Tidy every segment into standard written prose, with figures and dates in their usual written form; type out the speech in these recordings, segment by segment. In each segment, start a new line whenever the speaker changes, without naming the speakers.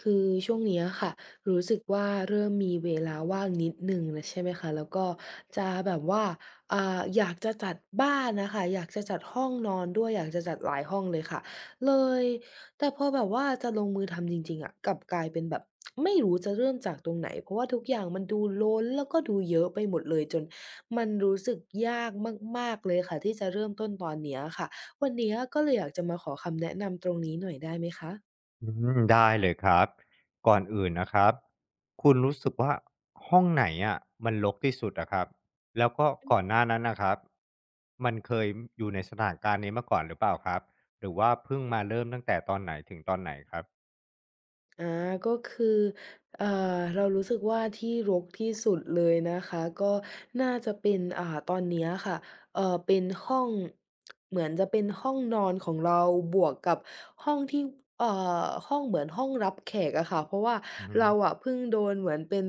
คือช่วงเนี้ยค่ะรู้สึกว่าเริ่มมีเวลาว่างนิดหนึ่งนะใช่ไหมคะแล้วก็จะแบบว่าอยากจะจัดบ้านน่ะค่ะอยากจะจัดห้องนอนด้วยอยากจะจัดหลายห้องเลยค่ะเลยแต่พอแบบว่าจะลงมือทำจริงๆอะกลับกลายเป็นแบบไม่รู้จะเริ่มจากตรงไหนเพราะว่าทุกอย่างมันดูล้นแล้วก็ดูเยอะไปหมดเลยจนมันรู้สึกยากมากๆเลยค่ะที่จะเริ่มต้นตอนเนี้ยค่ะวันเนี้ยก็เลยอยากจะมาขอคำแนะนำตรงนี้หน่อยได้ไหมคะ
อืได้เลยครับก่อนอื่นนะครับคุณรู้สึกว่าห้องไหนอะมันรกที่สุดอะครับแล้วก็ก่อนหน้านั้นนะครับมันเคยอยู่ในสถานการณ์นี้มาก่อนหรือเปล่าครับหรือว่าเพิ่งมาเริ่มตั้งแต่ตอนไหนถึงตอนไหนครับ
อาก็คือเรารู้สึกว่าที่รกที่สุดเลยนะคะก็น่าจะเป็นตอนเนี้ยค่ะเป็นห้อง เหมือนจะเป็นห้องนอนของเรา บวกกับห้องที่เอ่อห้องเหมือนห้องรับแขกอะค่ะเพราะว่า
อืม
เราอะเพิ่งโดนเหมือนเป็น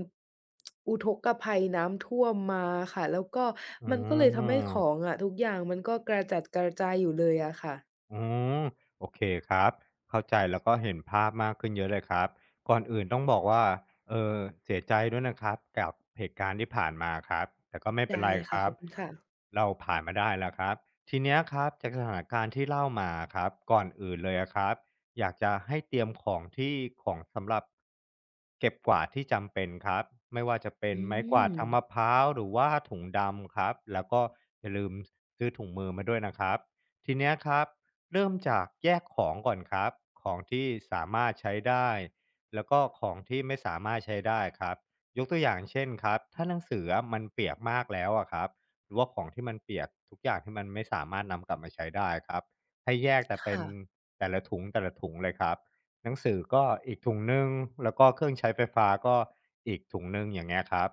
อุทกภัยน้ำท่วมมาค่ะแล้วก็
อื
มันก็เลยทำให้ของ
ม
อะทุกอย่างมันก็กระจัดกระจายอยู่เลยอะค่ะ
อืมโอเคครับเข้าใจแล้วก็เห็นภาพมากขึ้นเยอะเลยครับก่อนอื่นต้องบอกว่าเออเสียใจด้วยนะครับกับเหตุการณ์ที่ผ่านมาครับแต่ก็ไม่เป็น
ได้
ไรค
ค่ะ
รั
ข
บ
อบคุณค่ะ
เราผ่านมาได้แล้วครับทีเนี้ยครับจากสถานการณ์ที่เล่ามาครับก่อนอื่นเลยอะครับอยากจะให้เตรียมของที่ของสำหรับเก็บกวาดที่จำเป็นครับไม่ว่าจะเป็น
อื
ไม้กวาดทา
ม
งมะพร้าวหรือว่าถุงดำครับแล้วก็อย่าลืมซื้อถุงมือมาด้วยนะครับทีเนี้ยครับ เริ่มจากแยกของก่อนครับของที่สามารถใช้ได้แล้วก็ของที่ไม่สามารถใช้ได้ครับยกตัวอย่างเช่นครับถ้าหนังสืออะมันเปียกมากแล้วอะครับหรือว่าของที่มันเปียกทุกอย่างที่มันไม่สามารถนำกลับมาใช้ได้ครับให้แยกแต่เป็น
ค่ะ
แต่ละถุงแต่ละถุงเลยครับหนังสือก็อีกถุงหนึ่งแล้วก็เครื่องใช้ไฟฟ้าก็อีกถุงหนึ่งอย่างเงี้ยครับ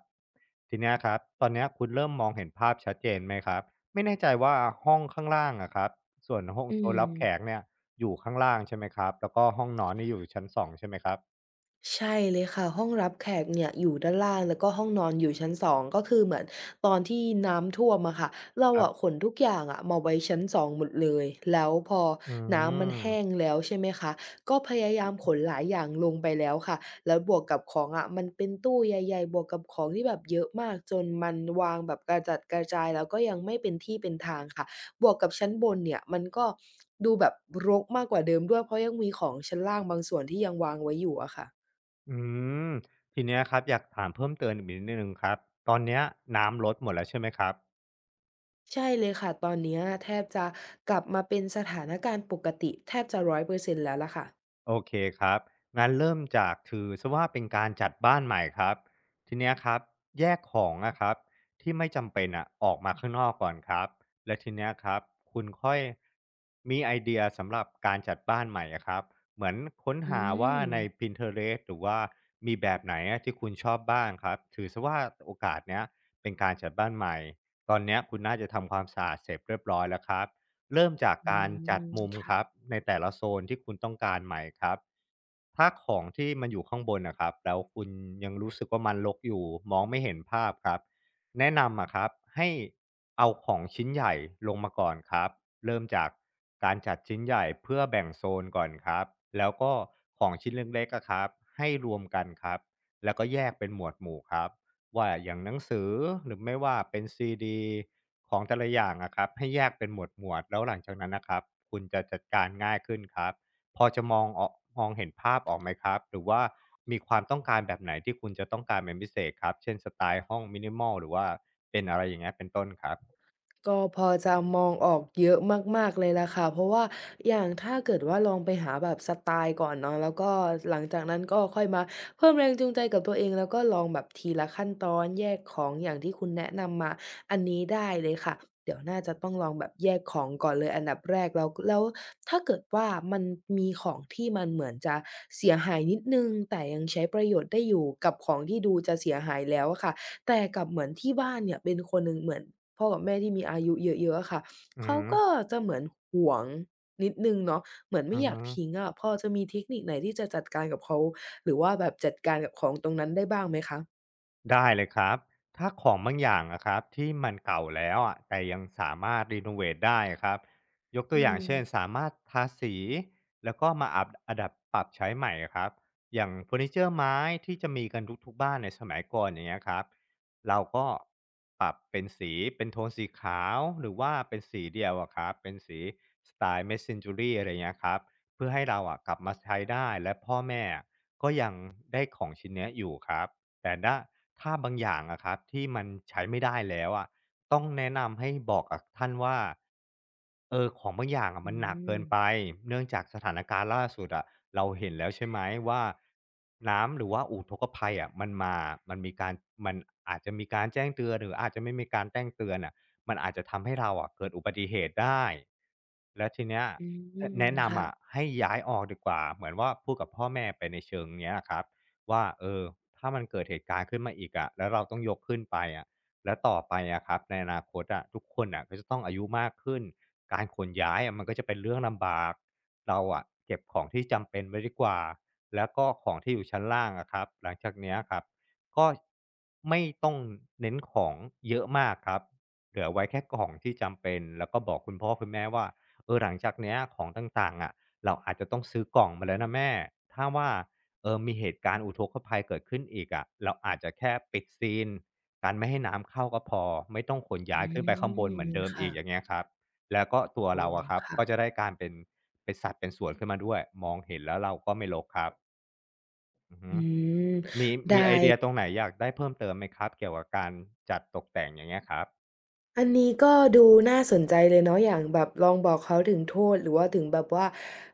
ทีเนี้ยครับตอนเนี้ยคุณเริ่มมองเห็นภาพชัดเจนไหมครับไม่แน่ใจว่าห้องข้างล่างอะครับ ส่วนห้อง
อื
โซนรับแขก
ม
เนี่ยอยู่ข้างล่างใช่ไหมครับแล้วก็ห้องนอนนี่อยู่ชั้น2ใช่ไหมครับ
ใช่เลยค่ะห้องรับแขกเนี่ยอยู่ด้านล่างแล้วก็ห้องนอนอยู่ชั้นสองก็คือเหมือนตอนที่น้ำท่วมอะค่ะเรา
ครั
อะข
บ
นทุกอย่างอะมาไว้ชั้นสองหมดเลยแล้วพอ
อื
น้ำมัน
ม
แห้งแล้วใช่ไหมคะก็พยายามขนหลายอย่างลงไปแล้วค่ะแล้วบวกกับของอะมันเป็นตู้ใหญ่ๆบวกกับของที่แบบเยอะมากจนมันวางแบบกระจัดกระจายแล้วก็ยังไม่เป็นที่เป็นทางค่ะบวกกับชั้นบนเนี่ยมันก็ดูแบบรกมากกว่าเดิมด้วยเพราะยังมีของชั้นล่างบางส่วนที่ยังวางไว้อยู่อะค่ะ
อืมทีเนี้ยครับอยากถามเพิ่มเติมอีกนิดหนึ่งครับตอนเนี้ยน้ำลดหมดแล้วใช่ไหมครับ
ใช่เลยค่ะตอนเนี้ยแทบจะกลับมาเป็นสถานการณ์ปกติแทบจะ100%แล้วล่ะค่ะ
โอเคครับงั้นเริ่มจากถือซะว่าเป็นการจัดบ้านใหม่ครับทีเนี้ยครับแยกของนะครับที่ไม่จำเป็นอ่ะออกมาข้างนอกก่อนครับและทีเนี้ยครับคุณค่อยมีไอเดียสำหรับการจัดบ้านใหม่อะครับเหมือนค้น
อื
หาว่า
ม
ใน Pinterest หรือว่ามีแบบไหนอะที่คุณชอบบ้างครับถือซะว่าโอกาสเนี้ยเป็นการจัดบ้านใหม่ตอนเนี้ยคุณน่าจะทำความสะอาดเสร็จเรียบร้อยแล้วครับ เริ่มจาก
อื
การจัด
ม
มุมค
ค่ะ
รับในแต่ละโซนที่คุณต้องการใหม่ครับถ้าของที่มันอยู่ข้างบนนะครับแล้วคุณยังรู้สึกว่ามันรกอยู่มองไม่เห็นภาพครับแนะนำอะครับให้เอาของชิ้นใหญ่ลงมาก่อนครับเริ่มจากการจัดชิ้นใหญ่เพื่อแบ่งโซนก่อนครับแล้วก็ของชิ้นเล็กๆอะครับให้รวมกันครับแล้วก็แยกเป็นหมวดหมู่ครับ ว่าอย่างหนังสือหรือไม่ว่าเป็นซีดีของแต่ละอย่างอะครับให้แยกเป็นหมวดหมวดแล้วหลังจากนั้นนะครับคุณจะจัดการง่ายขึ้นครับพอจะมองออกมองเห็นภาพออกไหมครับหรือว่ามีความต้องการแบบไหนที่คุณจะต้องการเป็นพิเศษครับเช่นสไตล์ห้อง minimal หรือว่าเป็นอะไรอย่างเงี้ยเป็นต้นครับ
ก็พอจะมองออกเยอะมากๆเลยล่ะค่ะเพราะว่าอย่างถ้าเกิดว่าลองไปหาแบบสไตล์ก่อนเนาะแล้วก็หลังจากนั้นก็ค่อยมาเพิ่มแรงจูงใจกับตัวเองแล้วก็ลองแบบทีละขั้นตอนแยกของอย่างที่คุณแนะนำมาอันนี้ได้เลยค่ะเดี๋ยวน่าจะต้องลองแบบแยกของก่อนเลยอันดับแรกแล้วแล้วถ้าเกิดว่ามันมีของที่มันเหมือนจะเสียหายนิดหนึ่งแต่ยังใช้ประโยชน์ได้อยู่กับของที่ดูจะเสียหายแล้วอะค่ะ แต่กลับเหมือนที่บ้านเนี่ยเป็นคนหนึ่งเหมือนพ่อกับแม่ที่มีอายุเยอะๆอะค่ะ
อือ
เขา
ฮึ
ก็จะเหมือนหวงนิดหนึ่งเนาะเหมือน
อื
ไม่
อ
อยาก
ฮึ
ทิ้งอะพอจะมีเทคนิคไหนที่จะจัดการกับเขาหรือว่าแบบจัดการกับของตรงนั้นได้บ้างไหมคะ
ได้เลยครับถ้าของบางอย่างอะครับที่มันเก่าแล้วอะแต่ยังสามารถรีโนเวทได้อะครับยกตั
อื
วอย่างเช่น
ม
สามารถทาสีแล้วก็มาอัพอัดับปรับใช้ใหม่อะครับอย่างเฟอร์นิเจอร์ไม้ที่จะมีกันทุกๆบ้านในสมัยก่อนอย่างเงี้ยครับเราก็ปรับเป็นสีเป็นโทนสีขาวหรือว่าเป็นสีเดียวอะครับเป็นสีสไตล์เมสเซนจูรี่อะไรเงี้ยครับเพื่อให้เราอะกลับมาใช้ได้และพ่อแม่ก็ยังได้ของชิ้นเนี้ยอยู่ครับ แต่ถ้าบางอย่างอะครับที่มันใช้ไม่ได้แล้วอะต้องแนะนำให้บอกกับท่านว่า ของบางอย่างอะ
อื
มันหนักเกิน
ม
ไปเนื่องจากสถานการณ์ล่าสุดอะเราเห็นแล้วใช่ไหมว่าน้ำหรือว่าอุทกภัยอะมันมามันมีการมันอาจจะมีการแจ้งเตือนหรืออาจจะไม่มีการแจ้งเตือนน่ะมันอาจจะทำให้เราอะเกิดอุบัติเหตุได้แล้วทีเนี้ย
อื
อ
ม
แนะนำอะ
ค่ะ
ให้ย้ายออกดีกว่าเหมือนว่าพูดกับพ่อแม่ไปในเชิงเนี้ยอะครับว่าถ้ามันเกิดเหตุการณ์ขึ้นมาอีกอะแล้วเราต้องยกขึ้นไปอะ แล้วต่อไปอะครับในอนาคตอะทุกคนอะก็จะต้องอายุมากขึ้นการขนย้ายอะมันก็จะเป็นเรื่องลำบากเราอะเก็บของที่จำเป็นไว้ดีกว่าแล้วก็ของที่อยู่ชั้นล่างอะครับหลังจากเนี้ยครับก็ไม่ต้องเน้นของเยอะมากครับเหลือไว้แค่ของที่จำเป็นแล้วก็บอกคุณพ่อคุณแม่ว่าเออหลังจากเนี้ยของต่างๆอะเราอาจจะต้องซื้อกล่องมาแล้วนะแม่ถ้าว่ามีเหตุการณ์อุทกภัยเกิดขึ้นอีกอะเราอาจจะแค่ปิดซีล การไม่ให้น้ำเข้าก็พอไม่ต้องขน
อื
ย้ายขึ้นไปข้างบนเหมื
ม
อนเดิมอี
ค่ะ
กอย่างเงี้ยครับแล้วก็ตัว
โอ้
เราอะครับ
ค่ะ
ก็จะได้การเป็นเป็นสัดเป็นส่วนขึ้นมาด้วยมองเห็นแล้วเราก็ไม่รกครับอือฮึ
อืม
มี
ได้
มีไอเดียตรงไหนอยากได้เพิ่มเติมไหมครับเกี่ยวกับการจัดตกแต่งอย่างเงี้ยครับ
อันนี้ก็ดูน่าสนใจเลยเนาะอย่างแบบลองบอกเขาถึงโทษหรือว่าถึงแบบว่า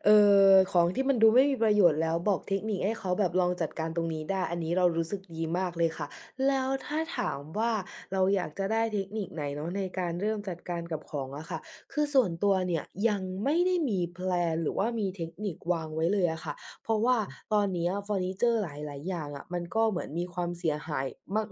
เอ่ของที่มันดูไม่มีประโยชน์แล้วบอกเทคนิคให้เขาแบบลองจัดการตรงนี้ได้อันนี้เรารู้สึกดีมากเลยค่ะแล้วถ้าถามว่าเราอยากจะได้เทคนิคไหนเนาะในการเริ่มจัดการกับของอะค่ะคือส่วนตัวเนี่ยยังไม่ได้มีแพลนหรือว่ามีเทคนิควางไว้เลยอะค่ะ เพราะว่าตอนเนี้ยเฟอร์นิเจอร์หลายๆอย่างอะมันก็เหมือนมีความเสียหาย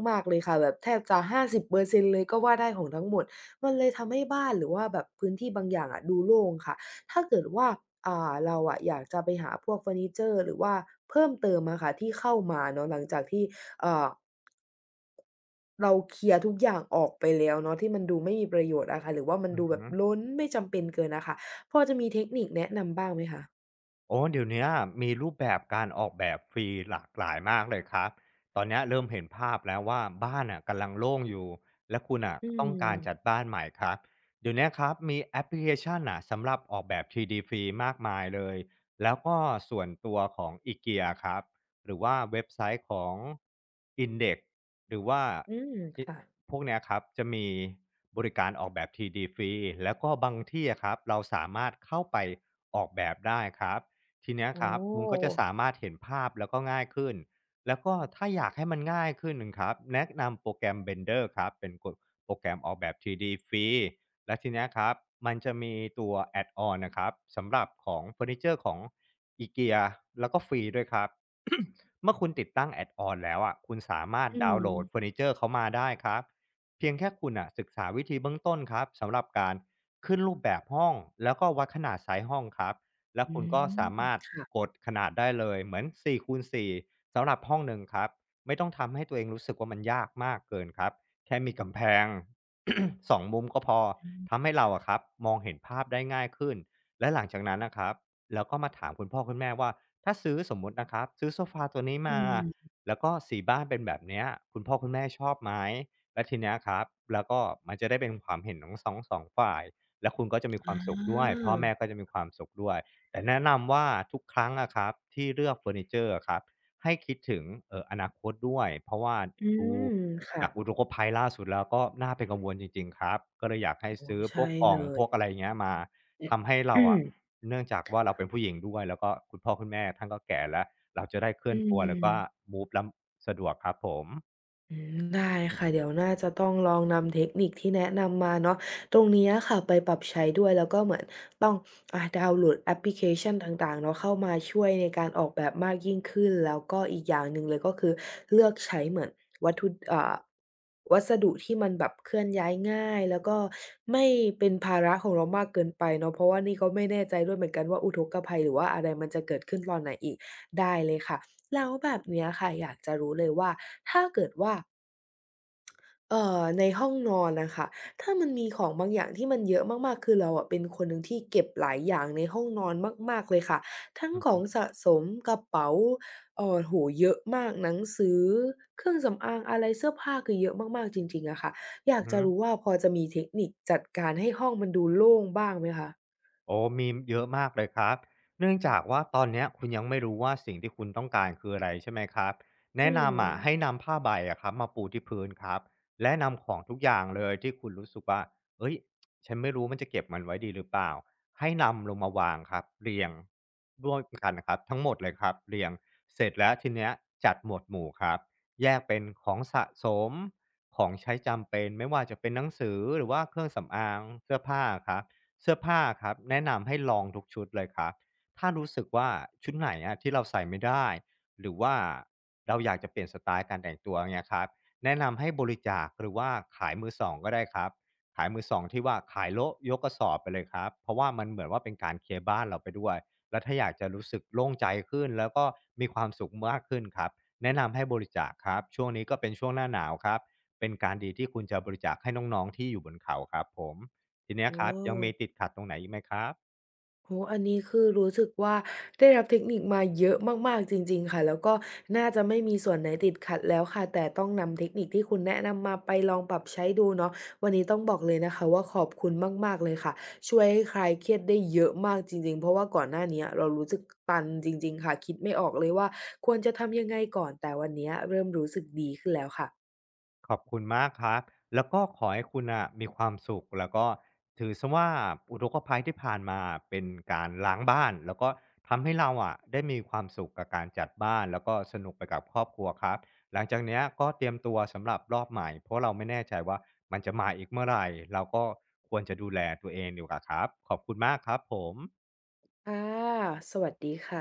มากๆเลยค่ะแบบแทบจะ50%เปอร์เซ็นต์เลยก็ว่าได้ของทั้งหมดมันเลยทำให้บ้านหรือว่าแบบพื้นที่บางอย่างอะดูโล่งค่ะถ้าเกิดว่าเราอะอยากจะไปหาพวกเฟอร์นิเจอร์หรือว่าเพิ่มเติมอะค่ะที่เข้ามาเนาะหลังจากที่เอ่อเราเคลียร์ทุกอย่างออกไปแล้วเนาะที่มันดูไม่มีประโยชน์อะค่ะหรือว่ามัน
อือ
ดูแบ
ฮึ
บล้นไม่จำเป็นเกินอะค่ะพอจะมีเทคนิคแนะนำบ้างไหมคะ
โอ้เดี๋ยวเนี้ยมีรูปแบบการออกแบบฟรีหลากหลายมากเลยครับ ตอนเนี้ยเริ่มเห็นภาพแล้วว่าบ้านอ่ะกำลังโล่งอยู่ และคุณอ่ะ
อื
ก็ต้องการจัด
ม
บ้านใหม่ครับ เดี๋ยวเนี้ยครับมีแอปพลิเคชันอ่ะสำหรับออกแบบทรีด d ฟรีมากมายเลย แล้วก็ส่วนตัวของ IKEA ครับ หรือว่าเว็บไซต์ของ Index หรือว่า
อืมค่ะ
พวกเนี้ยครับจะมีบริการออกแบบทรีด d ฟรีแล้วก็บางที่อะครับเราสามารถเข้าไปออกแบบได้ครับ ทีเนี้ย
โอ้
ครับคุณก็จะสามารถเห็นภาพแล้วก็ง่ายขึ้นแล้วก็ถ้าอยากให้มันง่ายขึ้นนะครับแนะนำโปรแกรม Blender ครับเป็นกดโปรแกรมออกแบบ 3D ฟรีและทีเนี้ยครับมันจะมีตัวแอดออนนะครับสำหรับของเฟอร์นิเจอร์ของ IKEA แล้วก็ฟรีด้วยครับ เมื่อคุณติดตั้งแอดออนแล้วอ่ะคุณสามารถ
อื
ดาวน์โหลดเฟอ
ม
ร์นิเจอร์เขามาได้ครับเพียงแค่คุณอ่ะศึกษาวิธีเบื้องต้นครับสำหรับการขึ้นรูปแบบห้องแล้วก็วัดขนาดไซส์ห้องครับ แล้ว
อื
คุณก็
ม
สามารถก
ค่ะ
ดขนาดได้เลยเหมือน4คูณ4สำหรับห้องหนึ่งครับไม่ต้องทำให้ตัวเองรู้สึกว่ามันยากมากเกินครับแค่มีกำแพง สองมุมก็พอ
อื
ทำ
ม
ให้เราอะครับมองเห็นภาพได้ง่ายขึ้นและหลังจากนั้นนะครับแล้วก็มาถามคุณพ่อคุณแม่ว่าถ้าซื้อสมมุตินะครับซื้อโซฟาตัวนี้มา
อืม
แล้วก็สีบ้านเป็นแบบเนี้ยคุณพ่อคุณแม่ชอบไหมและทีเนี้ยครับแล้วก็มันจะได้เป็นความเห็นของสองฝ่ายและคุณก็จะมีค
อ
วามสุขด้วย
า
พ่อแม่ก็จะมีความสุขด้วย แต่แนะนำว่าทุกครั้งอะครับที่เลือกเฟอร์นิเจอร์อะครับให้คิดถึงอนาคตด้วยเพราะว่า
อื
ดู
มค่ะ
จากอุทกภัยล่าสุดแล้วก็น่าเป็นกังวลจริงๆครับก็เลยอยากให้
โอ้
ซื้อพว
ใช่
กกล่อ
เล
งพ
ย
วกอะไรอย่างเงี้ยมา
เนี่ย
ทำให้เรา
อืม
อะเนื่องจากว่าเราเป็นผู้หญิงด้วยแล้วก็คุณพ่อคุณแม่ท่านก็แก่แล้วเราจะได้เคลื่
อื
อนตัวแล้วก็
ม
มูฟแล้วสะดวกครับผม
อืมได้ค่ะเดี๋ยวน่าจะต้องลองนำเทคนิคที่แนะนำมาเนาะตรงเนี้ยค่ะไปปรับใช้ด้วยแล้วก็เหมือนต้องดาวน์โหลดแอปพลิเคชันต่างๆเนาะเข้ามาช่วยในการออกแบบมากยิ่งขึ้นแล้วก็อีกอย่างหนึ่งเลยก็คือเลือกใช้เหมือนวัตถุอ่าวัสดุที่มันแบบเคลื่อนย้ายง่ายแล้วก็ไม่เป็นภาระของเรามากเกินไปเนาะเพราะว่านี่ก็ไม่แน่ใจด้วยเหมือนกันว่าอุทกภัยหรือว่าอะไรมันจะเกิดขึ้นตอนไหนอีกได้เลยค่ะ แล้วแบบเนี้ยค่ะอยากจะรู้เลยว่าถ้าเกิดว่าในห้องนอนน่ะค่ะถ้ามันมีของบางอย่างที่มันเยอะมากๆคือเราอะเป็นคนหนึ่งที่เก็บหลายอย่างในห้องนอนมากๆเลยค่ะทั้งขอ
อือ
งสะสมกระเป๋าโอ้โฮเยอะมากหนังสือเครื่องสำอางอะไรเสื้อผ้าคือเยอะมากๆจริงๆอะค่ะอยาก
ฮึ
จะรู้ว่าพอจะมีเทคนิคจัดการให้ห้องมันดูโล่งบ้างไหมคะ
โอ้มีเยอะมากเลยครับเนื่องจากว่าตอนเนี้ยคุณยังไม่รู้ว่าสิ่งที่คุณต้องการคืออะไรใช่ไหมครับ
อื
แนะนำอะให้
ม
นำผ้าใบอะครับมาปูที่พื้นครับและนำของทุกอย่างเลยที่คุณรู้สึกว่าเฮ้ยฉันไม่รู้มันจะเก็บมันไว้ดีหรือเปล่าให้นำลงมาวางครับเรียงร่วมกันนะครับทั้งหมดเลยครับเรียงเสร็จแล้วทีเนี้ยจัดหมวดหมู่ครับแยกเป็นของสะสมของใช้จำเป็นไม่ว่าจะเป็นหนังสือหรือว่าเครื่องสำอางเสื้อผ้าครับ เสื้อผ้าครับแนะนำให้ลองทุกชุดเลยครับถ้ารู้สึกว่าชุดไหนอะที่เราใส่ไม่ได้หรือว่าเราอยากจะเปลี่ยนสไตล์การแต่งตัวเนี่ยครับแนะนำให้บริจาคหรือว่าขายมือสองก็ได้ครับขายมือสองที่ว่าขายโละยกกระสอบไปเลยครับเพราะว่ามันเหมือนว่าเป็นการเคลียร์บ้านเราไปด้วยแล้วถ้าอยากจะรู้สึกโล่งใจขึ้นแล้วก็มีความสุขมากขึ้นครับแนะนำให้บริจาคครับช่วงนี้ก็เป็นช่วงหน้าหนาวครับเป็นการดีที่คุณจะบริจาคให้น้องๆที่อยู่บนเขาครับผม ที
โอ้
เนี้ย
โ
ครับยังมีติด
ฮ
ขัดตรงไหนอีกไหมครับ
โอ้โฮอันนี้คือรู้สึกว่าได้รับเทคนิคมาเยอะมากๆจริงๆค่ะแล้วก็น่าจะไม่มีส่วนไหนติดขัดแล้วค่ะแต่ต้องนำเทคนิคที่คุณแนะนำมาไปลองปรับใช้ดูเนาะวันนี้ต้องบอกเลยนะคะว่าขอบคุณมากๆเลยค่ะช่วยให้คลายเครียดได้เยอะมากจริงๆเพราะว่าก่อนหน้าเนี้ยเรารู้สึกตันจริงๆค่ะคิดไม่ออกเลยว่าควรจะทำยังไงก่อนแต่วันเนี้ยเริ่มรู้สึกดีขึ้นแล้วค่ะ
ขอบคุณมากครับแล้วก็ขอให้คุณน่ะมีความสุขแล้วก็ถือเสียว่าอุทกภัยที่ผ่านมาเป็นการล้างบ้านแล้วก็ทำให้เราอะได้มีความสุขกับการจัดบ้านแล้วก็สนุกไปกับครอบครัวครับหลังจากเนี้ยก็เตรียมตัวสำหรับรอบใหม่เพราะเราไม่แน่ใจว่ามันจะมาอีกเมื่อไรเราก็ควรจะดูแลตัวเองดีกว่าครับขอบคุณมากครับผม
ค่ะสวัสดีค่ะ